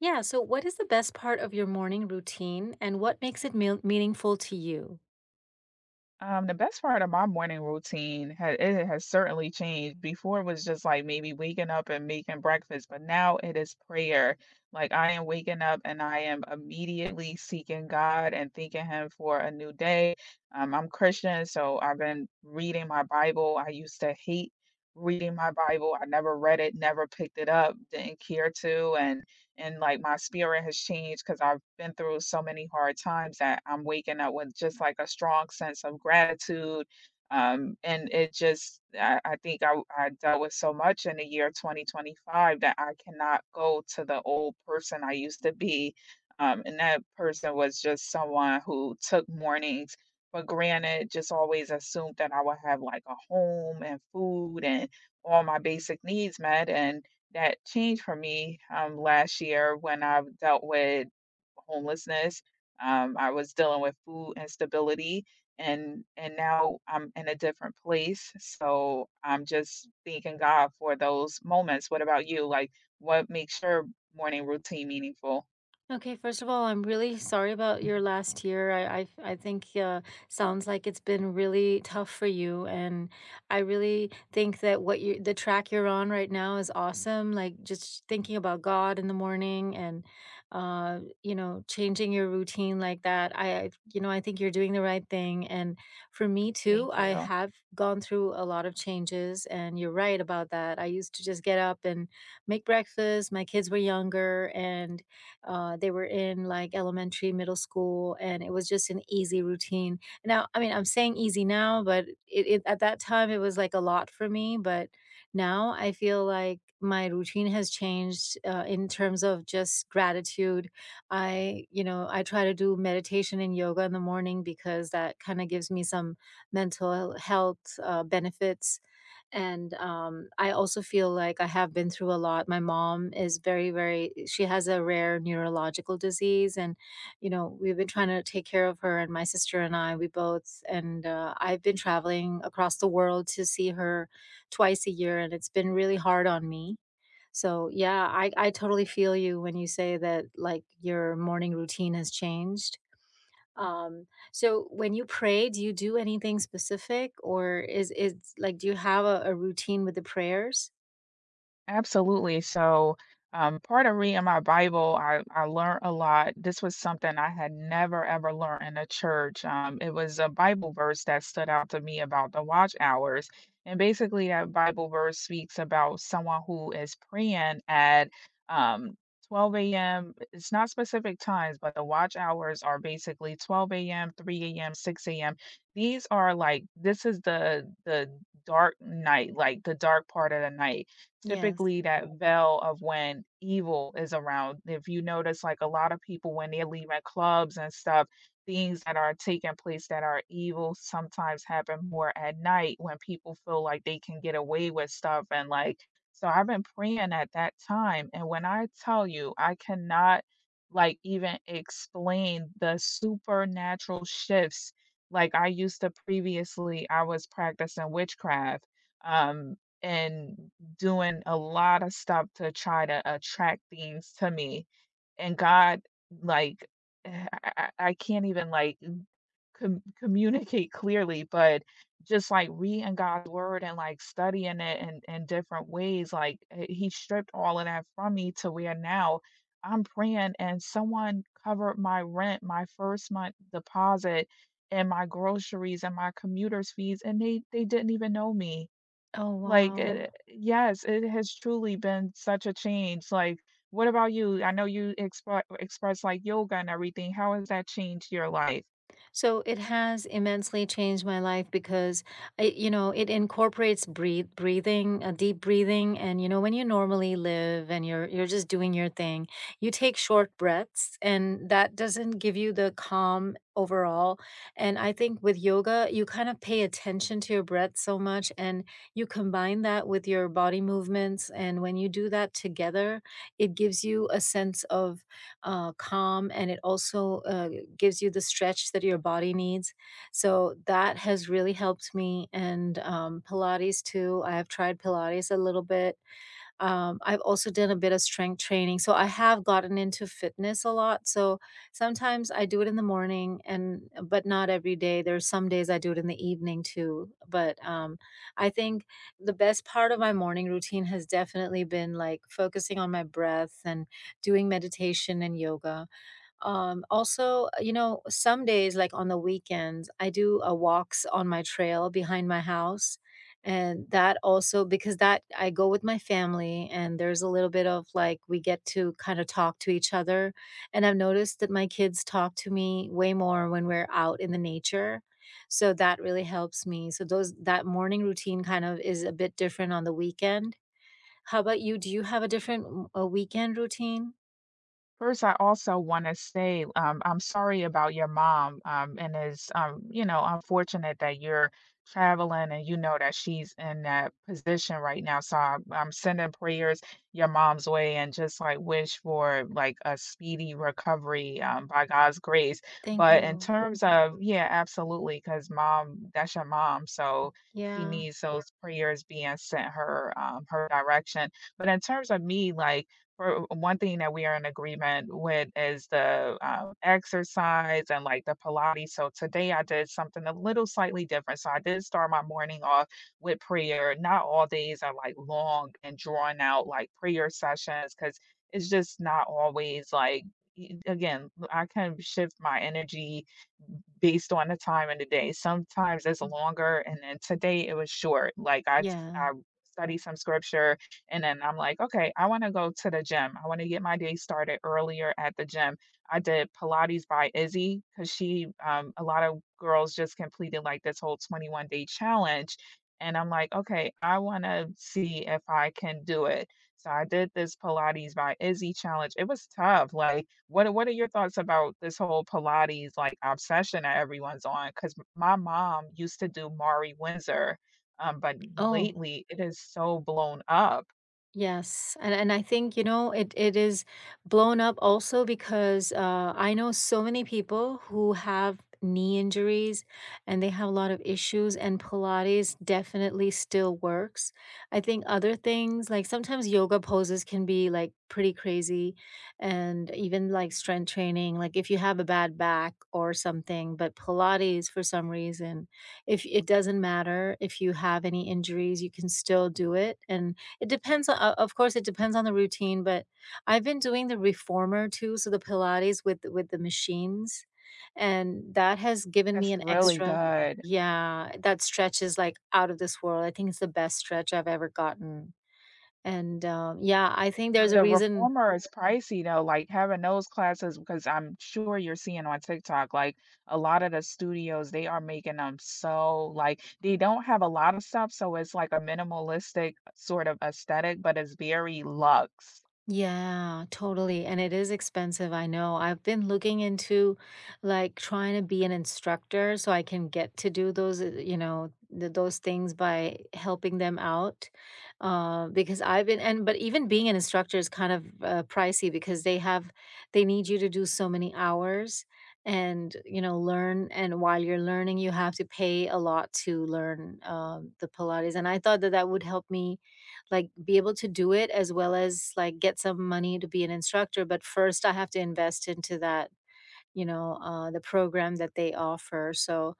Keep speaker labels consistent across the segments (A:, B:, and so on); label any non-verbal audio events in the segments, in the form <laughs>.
A: Yeah, so what is the best part of your morning routine and what makes it meal meaningful to you?
B: The best part of my morning routine ha it has certainly changed. Before it was just like maybe waking up and making breakfast, but now it is prayer. Like I am waking up and I am immediately seeking God and thanking Him for a new day. I'm Christian, so I've been reading my Bible. I used to hate reading my Bible. I never read it, never picked it up, didn't care to, and like my spirit has changed because I've been through so many hard times that I'm waking up with just like a strong sense of gratitude. And it just, I think I dealt with so much in the year 2025 that I cannot go to the old person I used to be. And that person was just someone who took mornings for granted, just always assumed that I would have like a home and food and all my basic needs met. And that changed for me, last year when I dealt with homelessness. I was dealing with food instability and now I'm in a different place. So I'm just thanking God for those moments. What about you? Like, what makes your morning routine meaningful?
A: Okay, first of all, I'm really sorry about your last year. I think sounds like it's been really tough for you, and I really think that what you the track you're on right now is awesome. Like just thinking about God in the morning, and changing your routine like that. I think you're doing the right thing, and for me too,
B: Thank
A: I
B: you.
A: have gone through a lot of changes, and you're right about that. I used to just get up and make breakfast. My kids were younger, and they were in like elementary, middle school, and it was just an easy routine. Now, I mean, I'm saying easy now, but it at that time it was like a lot for me. But now I feel like my routine has changed in terms of just gratitude. I, you know, I try to do meditation and yoga in the morning because that kind of gives me some mental health benefits and, I also feel like I have been through a lot. My mom is very she has a rare neurological disease and, you know, we've been trying to take care of her and my sister and I, we both and I've been traveling across the world to see her twice a year, and it's been really hard on me. So, yeah, I totally feel you when you say that, like, your morning routine has changed. Um, so when you pray, do you do anything specific or is like do you have a routine with the prayers?
B: Absolutely. So part of reading my Bible, I learned a lot. This was something I had never ever learned in a church. It was a Bible verse that stood out to me about the watch hours. And basically, that Bible verse speaks about someone who is praying at um, 12 a.m. It's not specific times, but the watch hours are basically 12 a.m., 3 a.m., 6 a.m. These are like, this is the dark night, like the dark part of the night
A: Yes.
B: typically, that veil of when evil is around. If you notice, like a lot of people when they're leaving clubs and stuff, things that are taking place that are evil sometimes happen more at night when people feel like they can get away with stuff. And like, so I've been praying at that time. And when I tell you, I cannot like even explain the supernatural shifts. Like I used to previously, I was practicing witchcraft. Um, and doing a lot of stuff to try to attract things to me, and God, like, <sighs> I I can't even, like, communicate clearly, but just, like, reading God's word and, like, studying it in different ways, like, He stripped all of that from me to where now I'm praying and someone covered my rent, my first month deposit, and my groceries, and my commuter's fees, and they didn't even know me.
A: Oh
B: Like,
A: wow.
B: it yes, it has truly been such a change, like, what about you? I know you express, like, yoga and everything. How has that changed your life?
A: So it has immensely changed my life because I, you know, it incorporates breathing, a deep breathing, and you know, when you normally live and you're just doing your thing, you take short breaths, and that doesn't give you the calm overall. And I think with yoga, you kind of pay attention to your breath so much, and you combine that with your body movements, and when you do that together, it gives you a sense of calm, and it also gives you the stretch that your body needs. So that has really helped me. And Pilates too. I have tried Pilates a little bit. I've also done a bit of strength training. So I have gotten into fitness a lot. So sometimes I do it in the morning and but not every day. There's some days I do it in the evening too. But I think the best part of my morning routine has definitely been like focusing on my breath and doing meditation and yoga. Also, you know, some days, like on the weekends, I do a walks on my trail behind my house. And that also because that I go with my family and there's a little bit of like we get to kind of talk to each other. And I've noticed that my kids talk to me way more when we're out in the nature. So that really helps me. So those that morning routine kind of is a bit different on the weekend. How about you? Do you have a different a weekend routine?
B: First, I also want to say, I'm sorry about your mom, and it's, you know, unfortunate that you're traveling and you know that she's in that position right now. So I'm sending prayers your mom's way and just like wish for like a speedy recovery, by God's grace.
A: Thank
B: But in
A: you.
B: terms of, yeah, absolutely, because mom, that's your mom, so she
A: Yeah.
B: needs those prayers being sent her, her direction. But in terms of me, like for one thing that we are in agreement with is the exercise and like the Pilates. So today I did something a little slightly different. So I did start my morning off with prayer. Not all days are like long and drawn out like prayer sessions because it's just not always like, again, I can shift my energy based on the time and the day. Sometimes it's longer, and then today it was short. Like I s-
A: Yeah.
B: I studied some scripture, and then I'm like, okay, I want to go to the gym. I want to get my day started earlier at the gym. I did Pilates by Izzy because she, a lot of girls just completed like this whole 21-day challenge. And I'm like, okay, I want to see if I can do it. So I did this Pilates by Izzy challenge. It was tough. Like, what are your thoughts about this whole Pilates like obsession that everyone's on? Because my mom used to do Mari Windsor, but
A: Oh,
B: lately it is so blown up.
A: yes, and I think, you know, it is blown up also because I know so many people who have knee injuries and they have a lot of issues, and Pilates definitely still works. I think other things like sometimes yoga poses can be like pretty crazy, and even like strength training, like if you have a bad back or something, but Pilates for some reason, if it doesn't matter if you have any injuries, you can still do it and it depends on o of course, it depends on the routine, but I've been doing the reformer too, so the Pilates with the machines, and that has given me
B: That's
A: an
B: really <laughs>
A: extra.
B: good.
A: Yeah, that stretch is, like, out of this world. I think it's the best stretch I've ever gotten, and, yeah, I think
B: But Yeah.
A: there's a
B: the Yeah.
A: reason.
B: reformer is pricey though, like, having those classes because I'm sure you're seeing on TikTok, like, a lot of the studios, they are making them so like, they don't have a lot of stuff, so it's like a minimalistic sort of aesthetic, but it's very luxe.
A: Yeah, totally. And it is expensive, I know. I've been looking into like trying to be an instructor so I can get to do those, those things by helping them out. Because I've been, and but even being an instructor is kind of pricey because they have, they need you to do so many hours and, you know, learn. And while you're learning, you have to pay a lot to learn the Pilates. And I thought that would help me like, be able to do it as well as, like, get some money to be an instructor, but first I have to invest into that, you know, the program that they offer, so,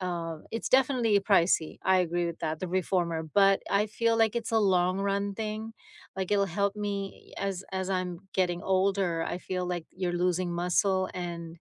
A: it's definitely pricey, I agree with that, the reformer, but I feel like it's a long run thing, like, it'll help me as I'm getting older, I feel like you're losing muscle, and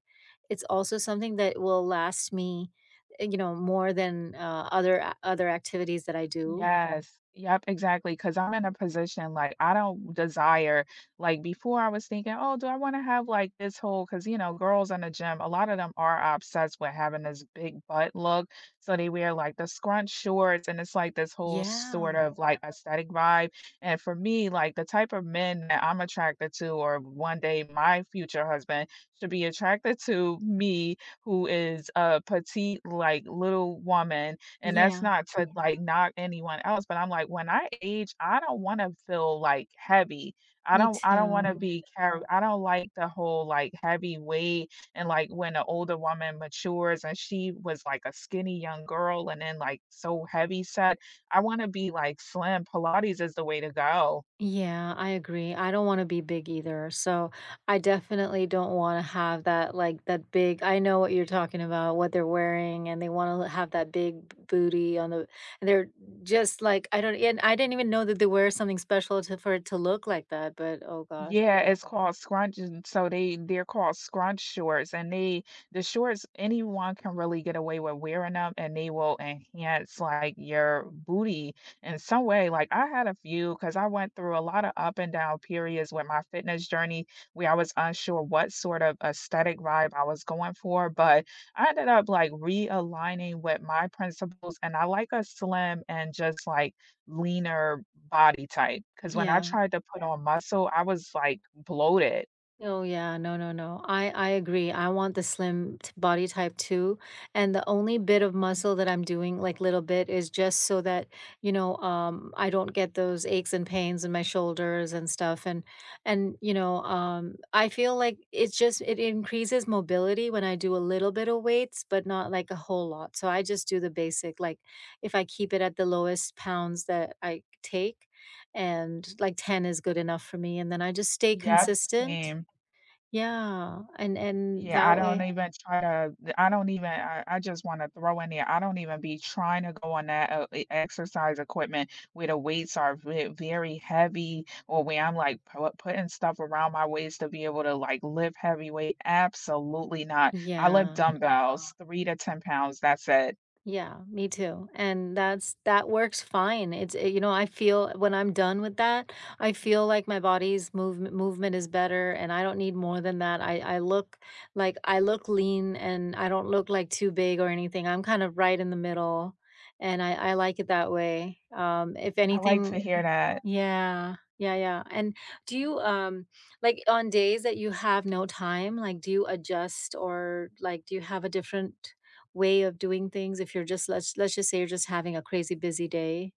A: it's also something that will last me, you know, more than, other activities that I do.
B: Yes. Yep, exactly. because 'cause I'm in a position, like, I don't desire like, before I was thinking, "Oh, do I wanna have, like, this whole? Cause you know, girls in the gym, a lot of them are obsessed with having this big butt look, so they wear, like, the scrunch shorts, and it's, like, this whole sort
A: Yeah,
B: of, like, aesthetic vibe, and for me, like, the type of men that I'm attracted to or one day my future husband should be attracted to me, who is a petite, like, little woman, and that's
A: yeah.
B: not to like knock anyone else, but I'm like, when I age, I don't want to feel like heavy.
A: Me
B: I don't want to
A: too.
B: be carried. I don't like the whole like heavy weight and like when an older woman matures and she was like a skinny young girl and then like so heavy set. I want to be like slim. Pilates is the way to go.
A: Yeah, I agree. I don't want to be big either. So I definitely don't want to have that, like, that big. I know what you're talking about, what they're wearing, and they want to have that big booty on the. And They're just like, I don't, and I didn't even know that they wear something special to, for it to look like that, but oh gosh.
B: Yeah, it's called scrunch, and they're called scrunch shorts, and the shorts anyone can really get away with wearing them, and they will enhance like your booty in some way. Like I had a few because I went through a lot of up and down periods with my fitness journey where I was unsure what sort of aesthetic vibe I was going for, but I ended up like realigning with my principles, and I like a slim and just like leaner body type, because when I
A: Yeah.
B: tried to put on muscle, I was, like, bloated.
A: Oh yeah, no, no, no. I agree. I want the slim body type too, and the only bit of muscle that I'm doing, like little bit, is just so that you know, I don't get those aches and pains in my shoulders and stuff, and you know, I feel like it's just it increases mobility when I do a little bit of weights, but not like a whole lot. So I just do the basic, like if I keep it at the lowest pounds that I take, and like 10 is good enough for me, and then I just stay
B: Yep,
A: consistent,
B: same.
A: yeah, and
B: Yeah,
A: that way
B: I don't even I just wanna throw in there, I don't even be trying to go on that, e exercise equipment where the weights are ve very heavy or where I'm, like, pu putting stuff around my waist to be able to, like, lift heavy weight. Absolutely not. I lift
A: yeah,
B: dumbbells, 3 to 10 pounds, that's it.
A: yeah, me too, and That's that works fine, you know, I feel when I'm done with that, I feel like my body's movement is better, and I don't need more than that, I look like I look lean, and I don't look, like, too big or anything, I'm kind of right in the middle, and I like it that way, if
B: I like to
A: anything.
B: hear that.
A: Yeah. Yeah, yeah, and do you, like, on days that you have no time, like, do you adjust or, like, do you have a different way of doing things if you're just let's just say you're just having a crazy busy day?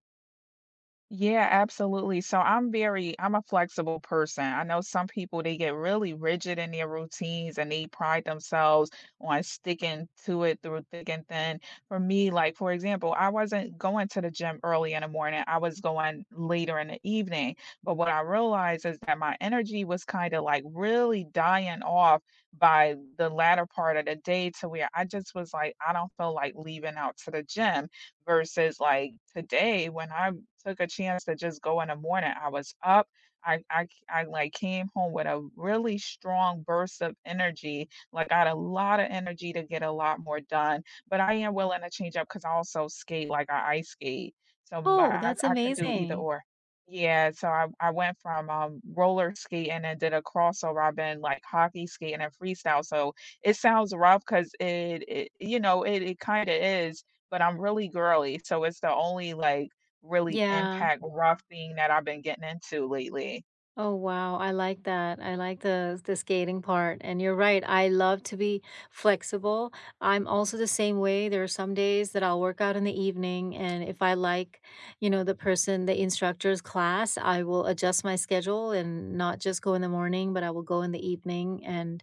B: Yeah, absolutely. I'm a flexible person. I know some people they get really rigid in their routines and they pride themselves on sticking to it through thick and thin. For me, like for example, I wasn't going to the gym early in the morning. I was going later in the evening. But what I realized is that my energy was kind of like really dying off by the latter part of the day to where I just was like, I don't feel like leaving out to the gym versus like today when I took a chance to just go in the morning. I was up. I like came home with a really strong burst of energy. Like I had a lot of energy to get a lot more done. But I am willing to change up because I also skate, like I ice skate. So my,
A: Oh,
B: I,
A: that's
B: I could do either
A: amazing.
B: or. Yeah, so I went from roller skating and did a crossover. I've been like hockey skating and freestyle. So it sounds rough because you know, it kind of is, but I'm really girly. So it's the only like really
A: Yeah.
B: impact rough thing that I've been getting into lately.
A: Oh wow, I like that. I like the skating part. And you're right, I love to be flexible. I'm also the same way. There are some days that I'll work out in the evening and if I like, you know, the instructor's class, I will adjust my schedule and not just go in the morning, but I will go in the evening and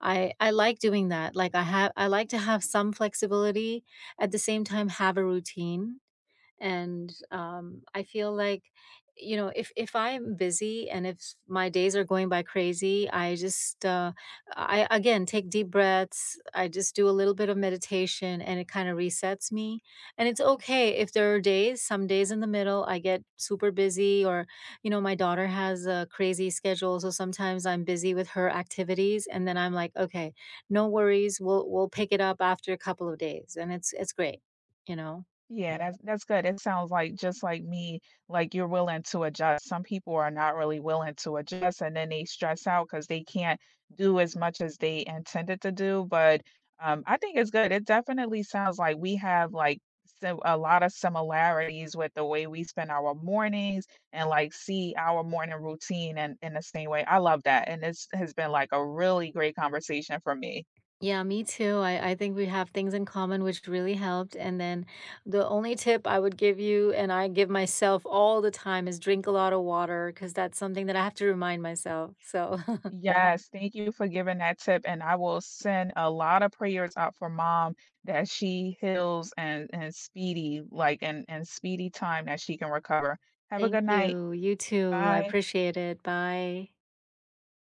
A: I like doing that. Like I like to have some flexibility at the same time have a routine and I feel like, you know, if I'm busy and if my days are going by crazy, I just I again take deep breaths. I just do a little bit of meditation and it kind of resets me, and it's okay if there are days some days in the middle I get super busy or, you know, my daughter has a crazy schedule, so sometimes I'm busy with her activities and then I'm like, okay, no worries, we'll pick it up after a couple of days and it's great, you know.
B: Yeah, that's good. It sounds like just like me, like you're willing to adjust. Some people are not really willing to adjust and then they stress out because they can't do as much as they intended to do. But I think it's good. It definitely sounds like we have like so a lot of similarities with the way we spend our mornings and like see our morning routine and in the same way. I love that. And this has been like a really great conversation for me.
A: Yeah, me too. I think we have things in common, which really helped. And then the only tip I would give you, and I give myself all the time, is drink a lot of water because that's something that I have to remind myself. So <laughs>
B: Yes, thank you for giving that tip, and I will send a lot of prayers out for mom that she heals and speedy, like and speedy time that she can recover. Have a
A: thank
B: good night.
A: you. You too. I
B: Bye.
A: appreciate it. Bye.